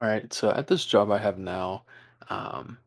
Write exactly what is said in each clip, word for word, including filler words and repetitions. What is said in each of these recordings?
All right, so at this job I have now, um,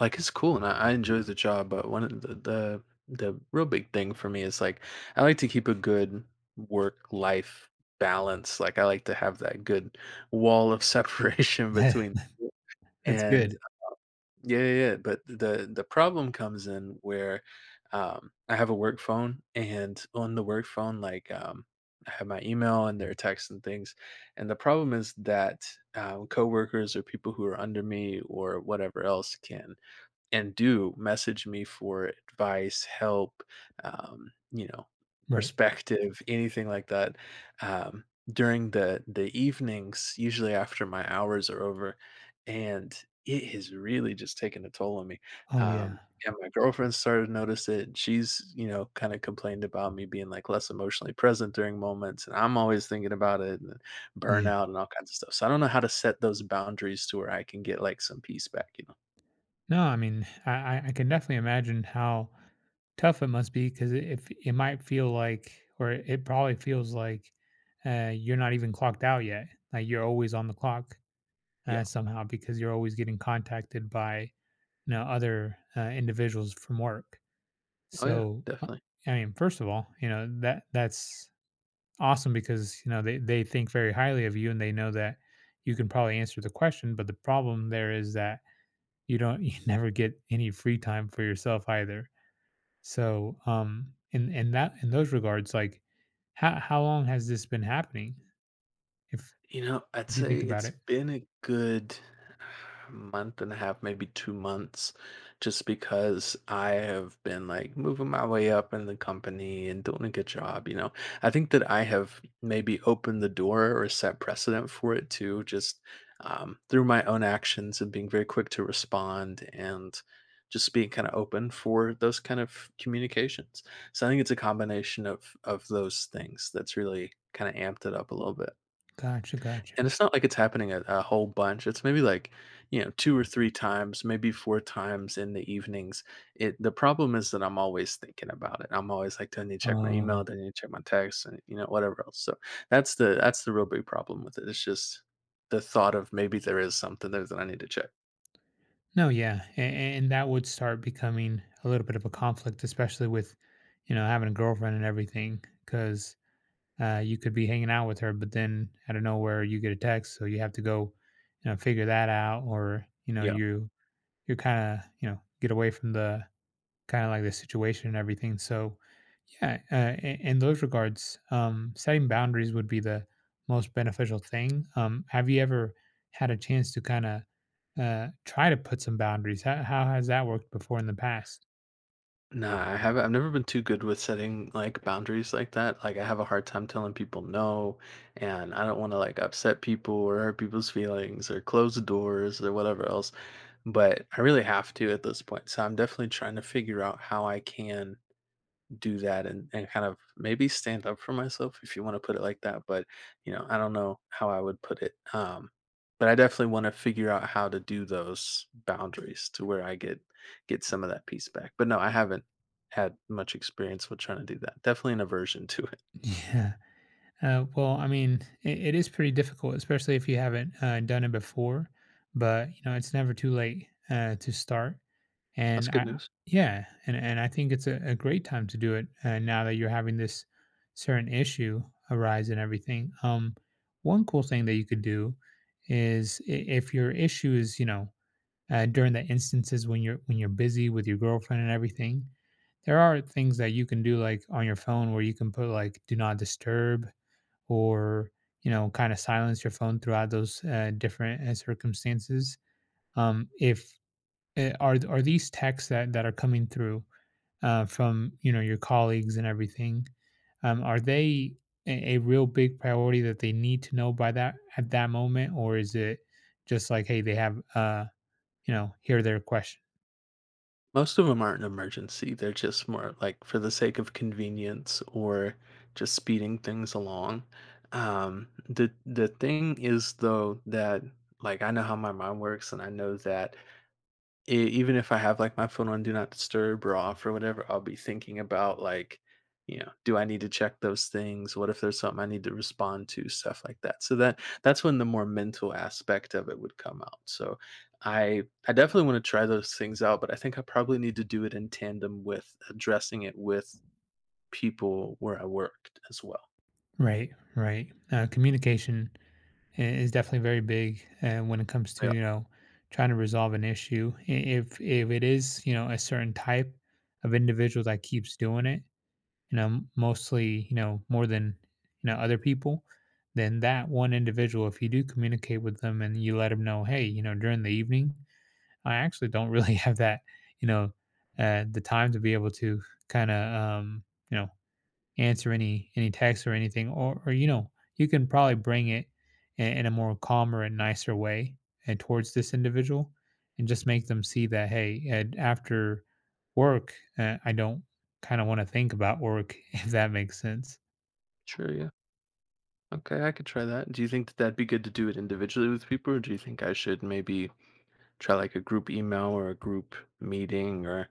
like it's cool and I, I enjoy the job, but one of the, the the real big thing for me is like I like to keep a good work life balance. Like I like to have that good wall of separation Yeah, between, that's and good. yeah, yeah, yeah, but the the problem comes in where, um, I have a work phone, and on the work phone, like, um, I have my email and their texts and things, and the problem is that, um, coworkers or people who are under me or whatever else can and do message me for advice, help, um, you know, Right. perspective, anything like that. Um, During the the evenings, usually after my hours are over, and it has really just taken a toll on me. Oh, yeah. Um, and my girlfriend started to notice it. She's, you know, kind of complained about me being like less emotionally present during moments, and I'm always thinking about it and Yeah. burnout and all kinds of stuff. So I don't know how to set those boundaries to where I can get like some peace back, you know. No, I mean, I I I can definitely imagine how tough it must be 'cause it if it might feel like or it probably feels like, uh, you're not even clocked out yet. Like, you're always on the clock, Yeah. uh, somehow because you're always getting contacted by, you know, other, uh, individuals from work. Oh yeah, So, uh, definitely. I mean, first of all, you know, that that's awesome because you know they, they think very highly of you and they know that you can probably answer the question, but the problem there is that you don't you never get any free time for yourself either. So um in in that in those regards, like, how how long has this been happening if You know, I'd if you say think about it's it? been a good month and a half, maybe two months, just because I have been, like, moving my way up in the company and doing a good job, you know? I think that I have maybe opened the door or set precedent for it too, just, um, through my own actions and being very quick to respond and just being kinda open for those kind of communications. So I think it's a combination of of those things that's really kinda amped it up a little bit. Gotcha, gotcha. And it's not like it's happening a, a whole bunch. It's maybe like, you know, two or three times, maybe four times in the evenings. It the problem is that I'm always thinking about it. I'm always like, do I need to check my Oh, email? Do I need to check my text? And you know, whatever else. So that's the that's the real big problem with it. It's just the thought of maybe there is something there that I need to check. no, yeah, and, and that would start becoming a little bit of a conflict, especially with, you know, having a girlfriend and everything, because, Uh, you could be hanging out with her, but then out of nowhere you get a text, so you have to go, you know, figure that out, or, you know, Yeah. you you're kind of, you know, get away from the kind of like the situation and everything. So yeah, uh, in, in those regards, um, setting boundaries would be the most beneficial thing. Um, have you ever had a chance to kind of uh, try to put some boundaries? How, how has that worked before in the past? No, I haven't. I've never been too good with setting like boundaries like that. Like I have a hard time telling people no, and I don't want to like upset people or hurt people's feelings or close the doors or whatever else. But I really have to at this point. So I'm definitely trying to figure out how I can do that and, and kind of maybe stand up for myself, if you want to put it like that, but you know I don't know how I would put it um But I definitely want to figure out how to do those boundaries to where I get get some of that peace back. But no, I haven't had much experience with trying to do that. Definitely an aversion to it. Yeah. Uh, well, I mean, it, it is pretty difficult, especially if you haven't uh, done it before. But you know, it's never too late uh, to start. That's And good I, news. yeah, and and I think it's a, a great time to do it uh, now that you're having this certain issue arise and everything. Um, one cool thing that you could do is i- if your issue is, you know, uh, during the instances when you're when you're busy with your girlfriend and everything, there are things that you can do like on your phone where you can put like do not disturb or you know kind of silence your phone throughout those uh, different uh, circumstances. Um, if uh, are are these texts that that are coming through uh, from, you know, your colleagues and everything, um, are they a, a real big priority that they need to know by that at that moment, or is it just like, hey, they have uh you know, hear their question? Most of them aren't an emergency. They're just more like for the sake of convenience or just speeding things along. Um, the the thing is though that like I know how my mind works and I know that E even if I have, like, my phone on do not disturb or off or whatever, I'll be thinking about, like, you know, do I need to check those things? What if there's something I need to respond to? Stuff like that. So that that's when the more mental aspect of it would come out. So I I definitely wanna try those things out, but I think I probably need to do it in tandem with addressing it with people where I worked as well. Right, right. Uh, communication i- is definitely very big uh, when it comes to, Yeah. you know, trying to resolve an issue. I- If if it is, you know, a certain type of individual that keeps doing it, you know, m- mostly, you know, more than, you know, other people, then that one individual, if you do communicate with them and you let them know, hey, you know, during the evening, I actually don't really have that, you know, uh, the time to be able to kind of, um, you know, answer any any texts or anything, or or you know, you can probably bring it in, in a more calmer and nicer way and towards this individual, and just make them see that, hey Ed, after work, uh, I don't kind of want to think about work if that makes sense. Sure, yeah. Okay, I could try that. Do you think that that'd be good to do it individually with people, or do you think I should maybe try like a group email or a group meeting or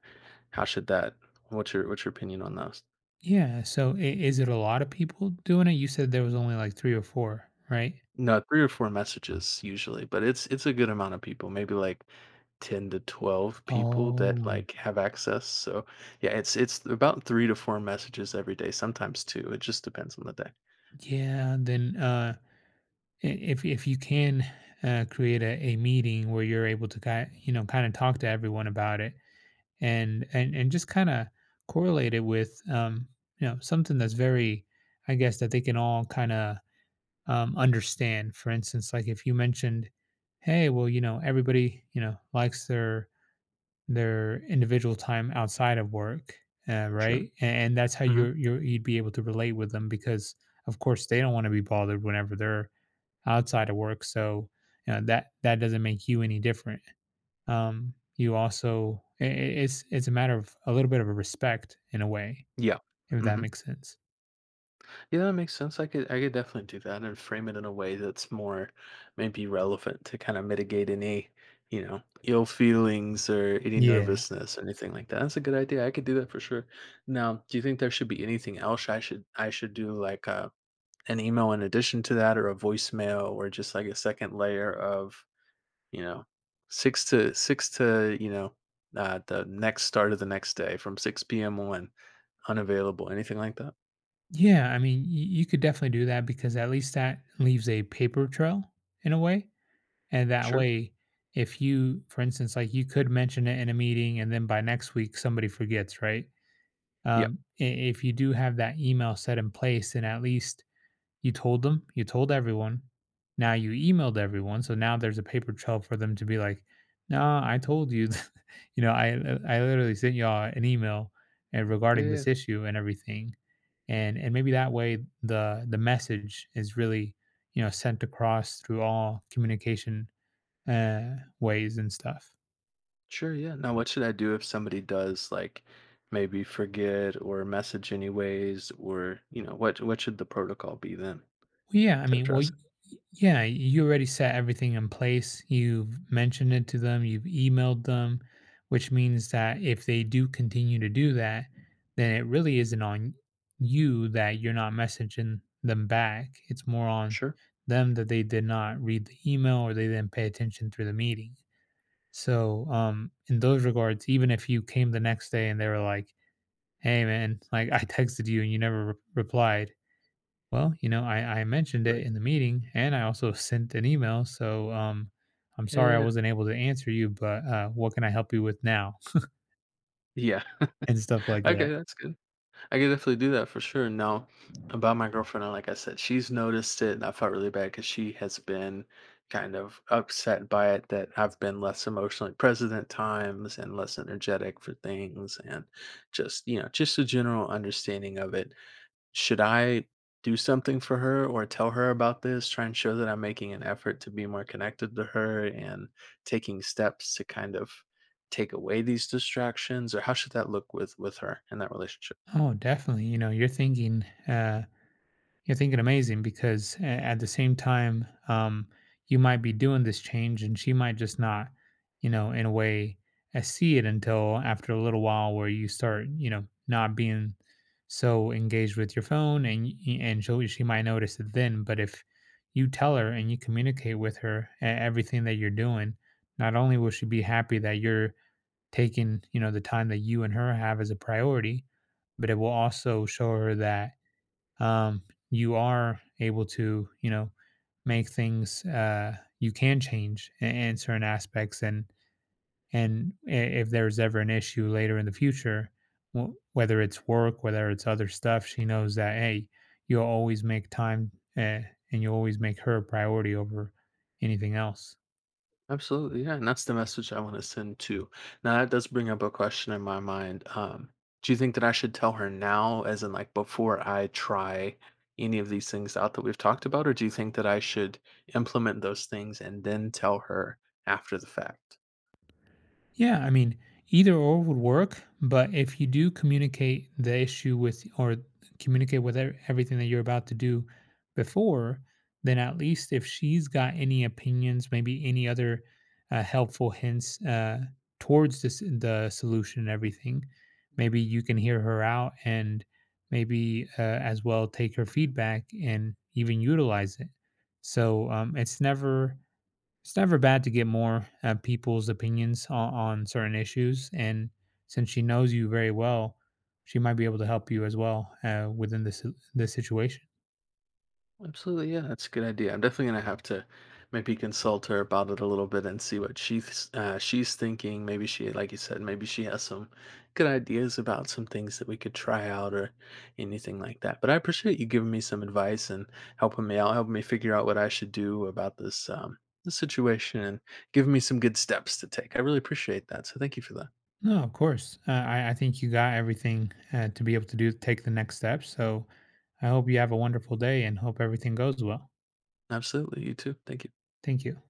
how should that what's your what's your opinion on those? Yeah, so i- is it a lot of people doing it? You said there was only like three or four, right? No, three or four messages usually, but it's it's a good amount of people, maybe like ten to twelve people that Oh, like have access. So, yeah, it's it's about three to four messages every day, sometimes two. It just depends on the day. yeah, then uh i- if if you can uh, create a, a meeting where you're able to kind, you know, kind of talk to everyone about it, and and and just kind of correlate it with, um, you know, something that's very, I guess, that they can all kind of, um, understand. For instance, like if you mentioned, hey, well, you know, everybody, you know, likes their their individual time outside of work, uh, Sure. right? And, and that's how Mhm. you're, you're you'd be able to relate with them because of course they don't want to be bothered whenever they're outside of work. So you know that that doesn't make you any different. Um, you also I I it's it's a matter of a little bit of a respect in a way, Yeah. if that Mhm. makes sense. Yeah, that makes sense. I could I could definitely do that and frame it in a way that's more maybe relevant to kind of mitigate any, you know, ill feelings or any Yeah. nervousness or anything like that. That's a good idea. I could do that for sure. Now, do you think there should be anything else I should I should do like uh, an email in addition to that or a voicemail or just like a second layer of, you know, six to six to, you know, uh, the next start of the next day from six p m on unavailable. Anything like that? Yeah, I mean, y you could definitely do that because at least that leaves a paper trail in a way, and that Sure. way, if you, for instance, like, you could mention it in a meeting, and then by next week, somebody forgets, right? Yeah. Um, I If you do have that email set in place, then at least you told them, you told everyone. Now you emailed everyone, so now there's a paper trail for them to be like, "Nah, I told you, th- you know, I I literally sent y'all an email and Yeah. regarding yeah. this issue and everything." And and maybe that way the the message is really, you know, sent across through all communication uh ways and stuff. sure. yeah. Now, what should I do if somebody does like maybe forget or message anyways, or you know, what what should the protocol be then Well, yeah, I to mean, well, address it? y- yeah, you already set everything in place. You've mentioned it to them, you've emailed them, which means that if they do continue to do that, then it really isn't on you that you're not messaging them back. It's more on Sure. them that they did not read the email or they didn't pay attention through the meeting. So, um, in those regards, even if you came the next day and they were like, "Hey, man, like I texted you and you never re- replied," well, you know, I, I mentioned it Like, in the meeting and I also sent an email. So um, I'm sorry I yeah, wasn't able to answer you, but uh, what can I help you with now? yeah. And stuff like Okay, that. that's good. I could definitely do that for sure. Now, about my girlfriend, uh, like I said, she's noticed it, and I felt really bad because she has been kind of upset by it that I've been less emotionally present at times and less energetic for things, and just you know, just a general understanding of it. Should I do something for her or tell her about this? Try and show that I'm making an effort to be more connected to her and taking steps to kind of take away these distractions or how should that look with with her in that relationship? Oh, definitely. You know, you're thinking uh, you're thinking amazing because a- at the same time, um, you might be doing this change and she might just not, you know, in a way, uh, see it until after a little while where you start, you know, not being so engaged with your phone, and y- and she she might notice it then. But if you tell her and you communicate with her e- everything that you're doing, not only will she be happy that you're taking, you know, the time that you and her have as a priority, but it will also show her that, um, you are able to, you know, make things, uh, you can change in, in certain aspects, and and i- if there's ever an issue later in the future, wh- whether it's work, whether it's other stuff, she knows that, hey, you'll always make time, uh, and you'll always make her a priority over anything else. Absolutely. Yeah, and that's the message I want to send too. Now that does bring up a question in my mind. Um do you think that I should tell her now as in like before I try any of these things out that we've talked about or do you think that I should implement those things and then tell her after the fact? Yeah, I mean, either or would work, but if you do communicate the issue with or communicate with e- everything that you're about to do before, then at least if she's got any opinions, maybe any other uh, helpful hints uh, towards this, the solution and everything, maybe you can hear her out and maybe uh, as well take her feedback and even utilize it. So um, it's never it's never bad to get more uh, people's opinions on, on certain issues, and since she knows you very well, she might be able to help you as well uh, within this this situation. Absolutely, yeah, that's a good idea. I'm definitely gonna have to maybe consult her about it a little bit and see what she's uh, she's thinking. Maybe she, like you said, maybe she has some good ideas about some things that we could try out or anything like that. But I appreciate you giving me some advice and helping me out, helping me figure out what I should do about this um, this situation and giving me some good steps to take. I really appreciate that. So thank you for that. No, of course. Uh, I I think you got everything uh, to be able to do take the next step. So I hope you have a wonderful day and hope everything goes well. Absolutely, you too. Thank you. Thank you.